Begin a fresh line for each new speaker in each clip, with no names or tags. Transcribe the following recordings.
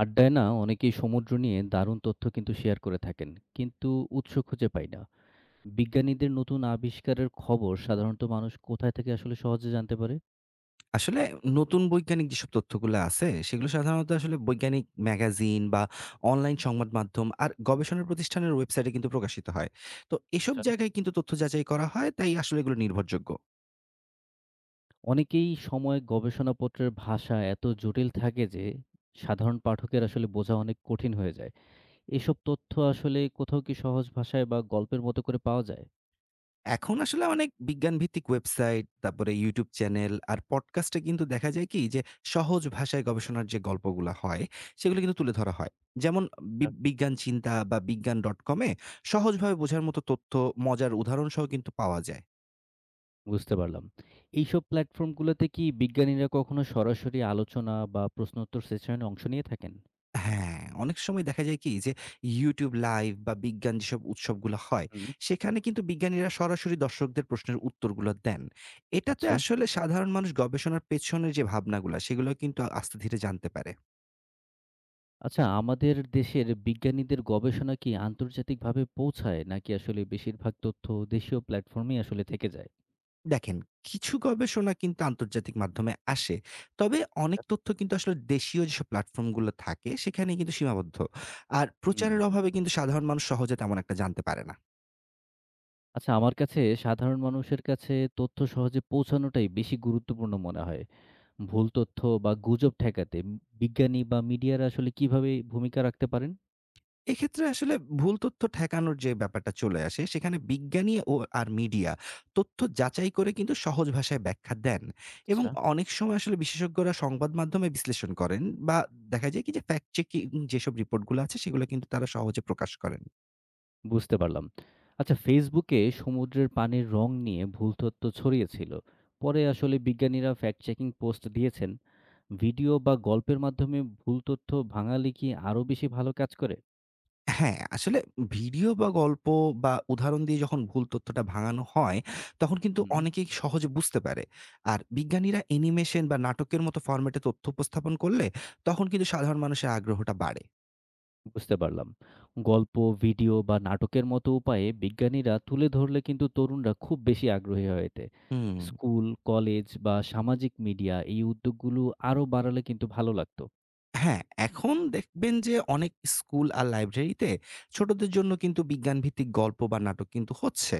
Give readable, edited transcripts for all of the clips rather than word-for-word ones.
আড্ডায় না অনেকেই সমুদ্র নিয়ে দারুণ তথ্য কিন্তু শেয়ার করে থাকেন, কিন্তু উৎস খুঁজে পাই না। বিজ্ঞানীদের নতুন আবিষ্কারের খবর সাধারণত মানুষ কোথায় থেকে আসলে সহজে জানতে পারে?
আসলে নতুন বৈজ্ঞানিক যেসব তথ্যগুলো আছে, সেগুলো সাধারণত আসলে বৈজ্ঞানিক ম্যাগাজিন বা অনলাইন সংবাদ মাধ্যম আর গবেষণা প্রতিষ্ঠানের ওয়েবসাইটে কিন্তু প্রকাশিত হয়। তো এসব
আচ্ছা,
জায়গায় কিন্তু তথ্য যাচাই করা হয়, তাই আসলে এগুলো নির্ভরযোগ্য।
অনেকেই সময় গবেষণাপত্রের ভাষা এত জটিল থাকে যে সাধারণ পাঠকের আসলে বোঝা অনেক কঠিন হয়ে যায়। এসব তথ্য আসলে কোথাও কি সহজ ভাষায় বা গল্পের মতো করে পাওয়া যায়?
এখন আসলে অনেক বিজ্ঞান ভিত্তিক ওয়েবসাইট, তারপরে YouTube চ্যানেল আর পডকাস্টে কিন্তু দেখা যায় কি যে সহজ ভাষায় গবেষণার যে গল্পগুলা হয়, সেগুলো কিন্তু তুলে ধরা হয়। যেমন
আচ্ছা।
বিজ্ঞান চিন্তা বা বিজ্ঞান ডটকম এ সহজভাবে বোঝার মতো তথ্য, মজার উদাহরণ সহ কিন্তু পাওয়া যায়।
বুঝতে পারলাম। এইসব প্ল্যাটফর্মগুলোতে কি বিজ্ঞানীরা কখনো সরাসরি আলোচনা বা প্রশ্নোত্তর সেশনে অংশ নিয়ে থাকেন?
হ্যাঁ, অনেক সময় দেখা যায় কি যে YouTube লাইভ বা বিজ্ঞান যেসব উৎসবগুলো হয়,
হুম।
সেখানে কিন্তু বিজ্ঞানীরা সরাসরি দর্শকদের প্রশ্নের উত্তরগুলো দেন। এটাতে
আচ্ছা।
আসলে সাধারণ মানুষ গবেষণার পেছনের যে ভাবনাগুলা, সেগুলো কিন্তু আস্তে ধীরে জানতে পারে।
আচ্ছা, আমাদের দেশের বিজ্ঞানীদের গবেষণা কি আন্তর্জাতিকভাবে পৌঁছায়, নাকি আসলে বেশিরভাগ তথ্য দেশীয় প্ল্যাটফর্মেই আসলে থেকে যায়?
দেখেন, কিছু গবেষণা কিন্তু আন্তর্জাতিক মাধ্যমে আসে। তবে অনেক
আচ্ছা।
তথ্য কিন্তু আসলে দেশীয় যেসব প্ল্যাটফর্মগুলো থাকে, সেখানেই কিন্তু সীমাবদ্ধ। আর
হুম।
প্রচারের অভাবে কিন্তু সাধারণ মানুষ সহজে তেমন একটা জানতে পারে না।
আচ্ছা, আমার কাছে সাধারণ মানুষের কাছে তথ্য সহজে পৌঁছানোটাই বেশি গুরুত্বপূর্ণ মনে হয়। ভুল তথ্য বা গুজব ঠেকাতে বিজ্ঞানী বা মিডিয়ারা আসলে কিভাবে ভূমিকা রাখতে পারেন?
এক্ষেত্রে আসলে ভুল তথ্য ঠেকানোর যে ব্যাপারটা চলে আসে, সেখানে বিজ্ঞানী ও আর মিডিয়া তথ্য যাচাই করে কিন্তু সহজ ভাষায় ব্যাখ্যা দেন এবং
আচ্ছা।
অনেক সময় আসলে বিশেষজ্ঞরা সংবাদ মাধ্যমে বিশ্লেষণ করেন বা দেখা যায় কি যে ফ্যাক্ট চেকিং যেসব রিপোর্টগুলো আছে সেগুলো কিন্তু তারা সহজে প্রকাশ করেন।
বুঝতে পারলাম। আচ্ছা, ফেসবুকে সমুদ্রের পানির রং নিয়ে ভুল তথ্য ছড়িয়েছিল। পরে আসলে বিজ্ঞানীরা ফ্যাক্ট চেকিং পোস্ট দিয়েছেন। ভিডিও বা গল্পের মাধ্যমে ভুল তথ্য ভাঙালে কি আরো বেশি ভালো কাজ করে?
হ্যাঁ, আসলে ভিডিও বা গল্প বা উদাহরণ দিয়ে যখন ভুল তথ্যটা ভাঙানো হয়, তখন কিন্তু
হুম,
অনেকেই সহজে বুঝতে পারে। আর বিজ্ঞানীরা অ্যানিমেশন বা নাটকের মতো ফরম্যাটে তথ্য উপস্থাপন করলে তখন কিন্তু সাধারণ মানুষের আগ্রহটা বাড়ে।
বুঝতে পারলাম। গল্প, ভিডিও বা নাটকের মতো উপায়ে বিজ্ঞানীরা তুলে ধরলে কিন্তু তরুণরা খুব বেশি আগ্রহী হয় এতে।
হুম।
স্কুল, কলেজ বা সামাজিক মিডিয়া এই উদ্যোগগুলো আরো বাড়ালে কিন্তু ভালো লাগতো।
হ্যাঁ, এখন দেখবেন যে অনেক স্কুল আর লাইব্রেরিতে ছোটদের জন্য কিন্তু বিজ্ঞান ভিত্তিক গল্প বা নাটক কিন্তু হচ্ছে।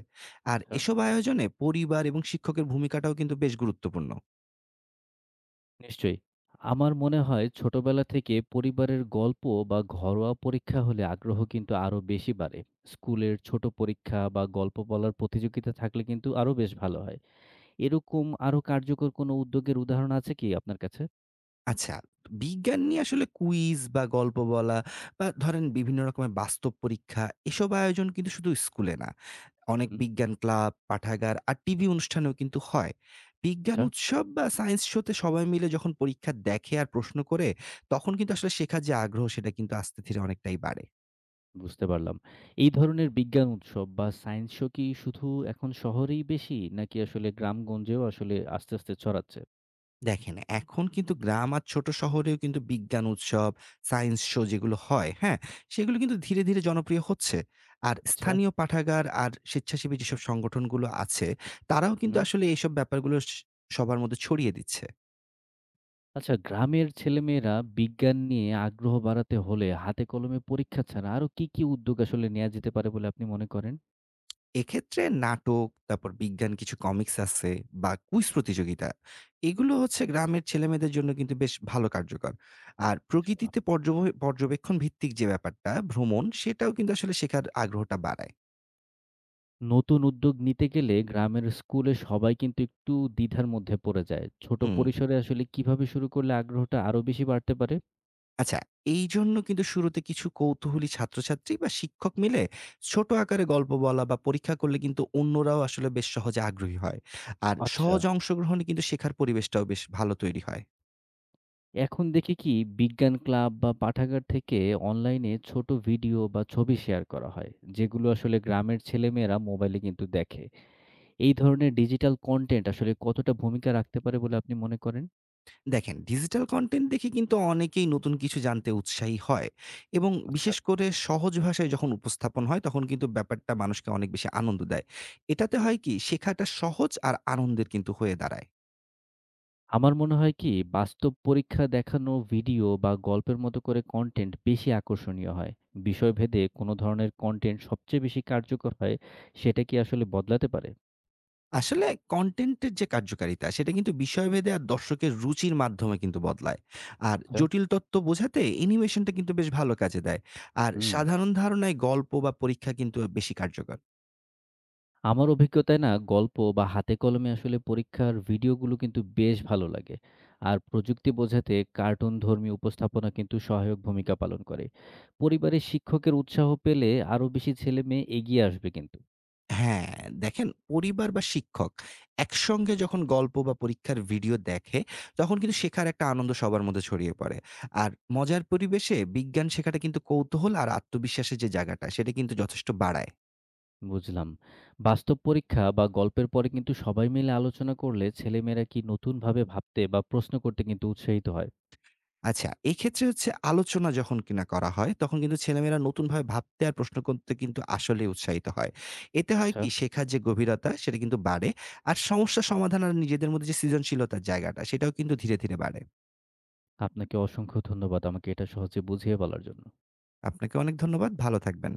আর
আচ্ছা।
এসব আয়োজনে পরিবার এবং শিক্ষকের ভূমিকাটাও কিন্তু বেশ গুরুত্বপূর্ণ।
নিশ্চয়ই। আমার মনে হয় ছোটবেলা থেকে পরিবারের গল্প বা ঘরোয়া পরীক্ষা হলে আগ্রহ কিন্তু আরো বেশি বাড়ে। স্কুলের ছোট পরীক্ষা বা গল্প বলার প্রতিযোগিতা থাকলে কিন্তু আরো বেশ ভালো হয়। এরকম আরো কার্যকর কোনো উদ্যোগের উদাহরণ আছে কি আপনার কাছে?
আচ্ছা, বিজ্ঞান নিয়ে আসলে কুইজ বা গল্প বলা বা ধরেন বিভিন্ন রকমের বাস্তব পরীক্ষা এসব আয়োজন কিন্তু শুধু স্কুলে না অনেক
হুম,
বিজ্ঞান ক্লাব, পাঠাগার আর টিভি অনুষ্ঠানেও কিন্তু হয়। বিজ্ঞান
আচ্ছা,
উৎসব বা সায়েন্স শোতে সবাই মিলে যখন পরীক্ষা দেখে আর প্রশ্ন করে, তখন কিন্তু আসলে শেখার যে আগ্রহ সেটা কিন্তু আস্তে ধীরে অনেকটাই বাড়ে।
বুঝতে পারলাম। এই ধরনের বিজ্ঞান উৎসব বা সায়েন্স শো কি শুধু এখন শহরেই বেশি, নাকি আসলে গ্রামগঞ্জেও আসলে আস্তে, আস্তে ছড়াচ্ছে?
দেখেন এখন কিন্তু গ্রাম আর ছোট শহরেও কিন্তু বিজ্ঞান উৎসব, সায়েন্স শো যেগুলো হয়, হ্যাঁ? সেগুলো কিন্তু ধীরে, ধীরে জনপ্রিয় হচ্ছে। আর
আচ্ছা।
স্থানীয় পাঠাগার আর স্বেচ্ছাসেবী যেসব সংগঠনগুলো আছে, তারাও কিন্তু
হুম।
আসলে এইসব ব্যাপারগুলো সবার মধ্যে ছড়িয়ে দিচ্ছে।
আচ্ছা, গ্রামের ছেলেমেয়েরা বিজ্ঞান নিয়ে আগ্রহ বাড়াতে হলে হাতে কলমে পরীক্ষা ছাড়া আরো কি, কি উদ্যোগ আসলে নেয়া যেতে পারে বলে আপনি মনে করেন?
এক্ষেত্রে নাটক, তারপর বিজ্ঞান কিছু কমিক্স আছে বা কুইজ প্রতিযোগিতা। এগুলো হচ্ছে গ্রামের ছেলেমেয়েদের জন্য কিন্তু বেশ ভালো কার্যকর। আর
আচ্ছা।
প্রকৃতিতে পর্যবেক্ষণ ভিত্তিক যে ব্যাপারটা, ভ্রমণ সেটাও কিন্তু আসলে শেখার আগ্রহটা বাড়ায়।
নতুন উদ্যোগ নিতে গেলে গ্রামের স্কুলে সবাই কিন্তু একটু দ্বিধার মধ্যে পড়ে যায়। ছোট
হুম।
পরিসরে আসলে কিভাবে শুরু করলে আগ্রহটা আরো বেশি বাড়তে পারে?
আচ্ছা, এইজন্য কিন্তু শুরুতে কিছু কৌতূহলী ছাত্রছাত্রী বা শিক্ষক মিলে ছোট আকারে গল্প বলা বা পরীক্ষা করলে কিন্তু অন্যরাও আসলে বেশ সহজে আগ্রহী হয়। আর
আচ্ছা।
সহজ অংশগ্রহণে কিন্তু শেখার পরিবেশটাও বেশ ভালো তৈরি হয়।
এখন দেখি কি বিজ্ঞান ক্লাব বা পাঠাগার থেকে অনলাইনে ছোট ভিডিও বা ছবি শেয়ার করা হয়, যেগুলো আসলে গ্রামের ছেলেমেয়েরা মোবাইলে কিন্তু দেখে। এই ধরনের ডিজিটাল কনটেন্ট আসলে কতটা ভূমিকা রাখতে পারে বলে আপনি মনে করেন?
দেখেন, ডিজিটাল কনটেন্ট দেখে কিন্তু অনেকেই নতুন কিছু জানতে উৎসাহী হয় এবং
আচ্ছা।
বিশেষ করে সহজ ভাষায় যখন উপস্থাপন হয়, তখন কিন্তু ব্যাপারটা মানুষকে অনেক বেশি আনন্দ দেয়। এটাতে হয় কি? শেখাটা সহজ আর আনন্দের কিন্তু হয়ে দাঁড়ায়।
আমার মনে হয় কি বাস্তব পরীক্ষা দেখানো ভিডিও বা গল্পের মতো করে কনটেন্ট বেশি আকর্ষণীয় হয়। বিষয়ভেদে কোন ধরনের কনটেন্ট সবচেয়ে বেশি কার্যকর হয়, সেটা কি আসলে বদলাতে পারে?
আসলে কনটেন্টের যে কার্যকারিতা, সেটা কিন্তু বিষয়ভেদে আর দর্শকের রুচির মাধ্যমে কিন্তু বদলায়। আর
আচ্ছা।
জটিল তত্ত্ব বোঝাতে অ্যানিমেশনটা কিন্তু বেশ ভালো কাজে দেয়। আর
হুম।
সাধারণ ধারণায় গল্প বা পরীক্ষা কিন্তু বেশি কার্যকর।
আমার অভিজ্ঞতায় না গল্প বা হাতে কলমে আসলে পরীক্ষার ভিডিওগুলো কিন্তু বেশ ভালো লাগে। আর প্রযুক্তি বোঝাতে কার্টুন ধর্মী উপস্থাপনা কিন্তু সহায়ক ভূমিকা পালন করে। পরিবারের শিক্ষকের উৎসাহ পেলে আরো বেশি ছেলে মেয়ে এগিয়ে আসবে কিন্তু।
হ্যাঁ, দেখেন পরিবার বা শিক্ষক একসঙ্গে যখন গল্প বা পরীক্ষার ভিডিও দেখে, তখন কিন্তু শেখার একটা আনন্দ সবার মধ্যে ছড়িয়ে পড়ে। আর মজার পরিবেশে বিজ্ঞান শেখাটা কিন্তু কৌতূহল আর আত্মবিশ্বাসের যে জায়গাটা, সেটা কিন্তু যথেষ্ট বাড়ায়।
বুঝলাম। বাস্তব পরীক্ষা বা গল্পের পরে কিন্তু সবাই মিলে আলোচনা করলে ছেলেমেয়েরা কি নতুনভাবে ভাবতে বা প্রশ্ন করতে কিন্তু উৎসাহিত হয়?
আচ্ছা, এক্ষেত্রে হচ্ছে আলোচনা যখন কিনা করা হয়, তখন কিন্তু ছেলেমেয়েরা নতুনভাবে ভাবতে আর প্রশ্ন করতে কিন্তু আসলেই উৎসাহিত হয়। এতে হয়
আচ্ছা।
কি শেখার যে গভীরতা, সেটা কিন্তু বাড়ে। আর সমস্যা সমাধান আর নিজেদের মধ্যে যে সৃজনশীলতার জায়গাটা, সেটাও কিন্তু ধীরে, ধীরে বাড়ে।
আপনাকে অসংখ্য ধন্যবাদ আমাকে এটা সহজে বুঝিয়ে বলার জন্য।
আপনাকে অনেক ধন্যবাদ। ভালো থাকবেন।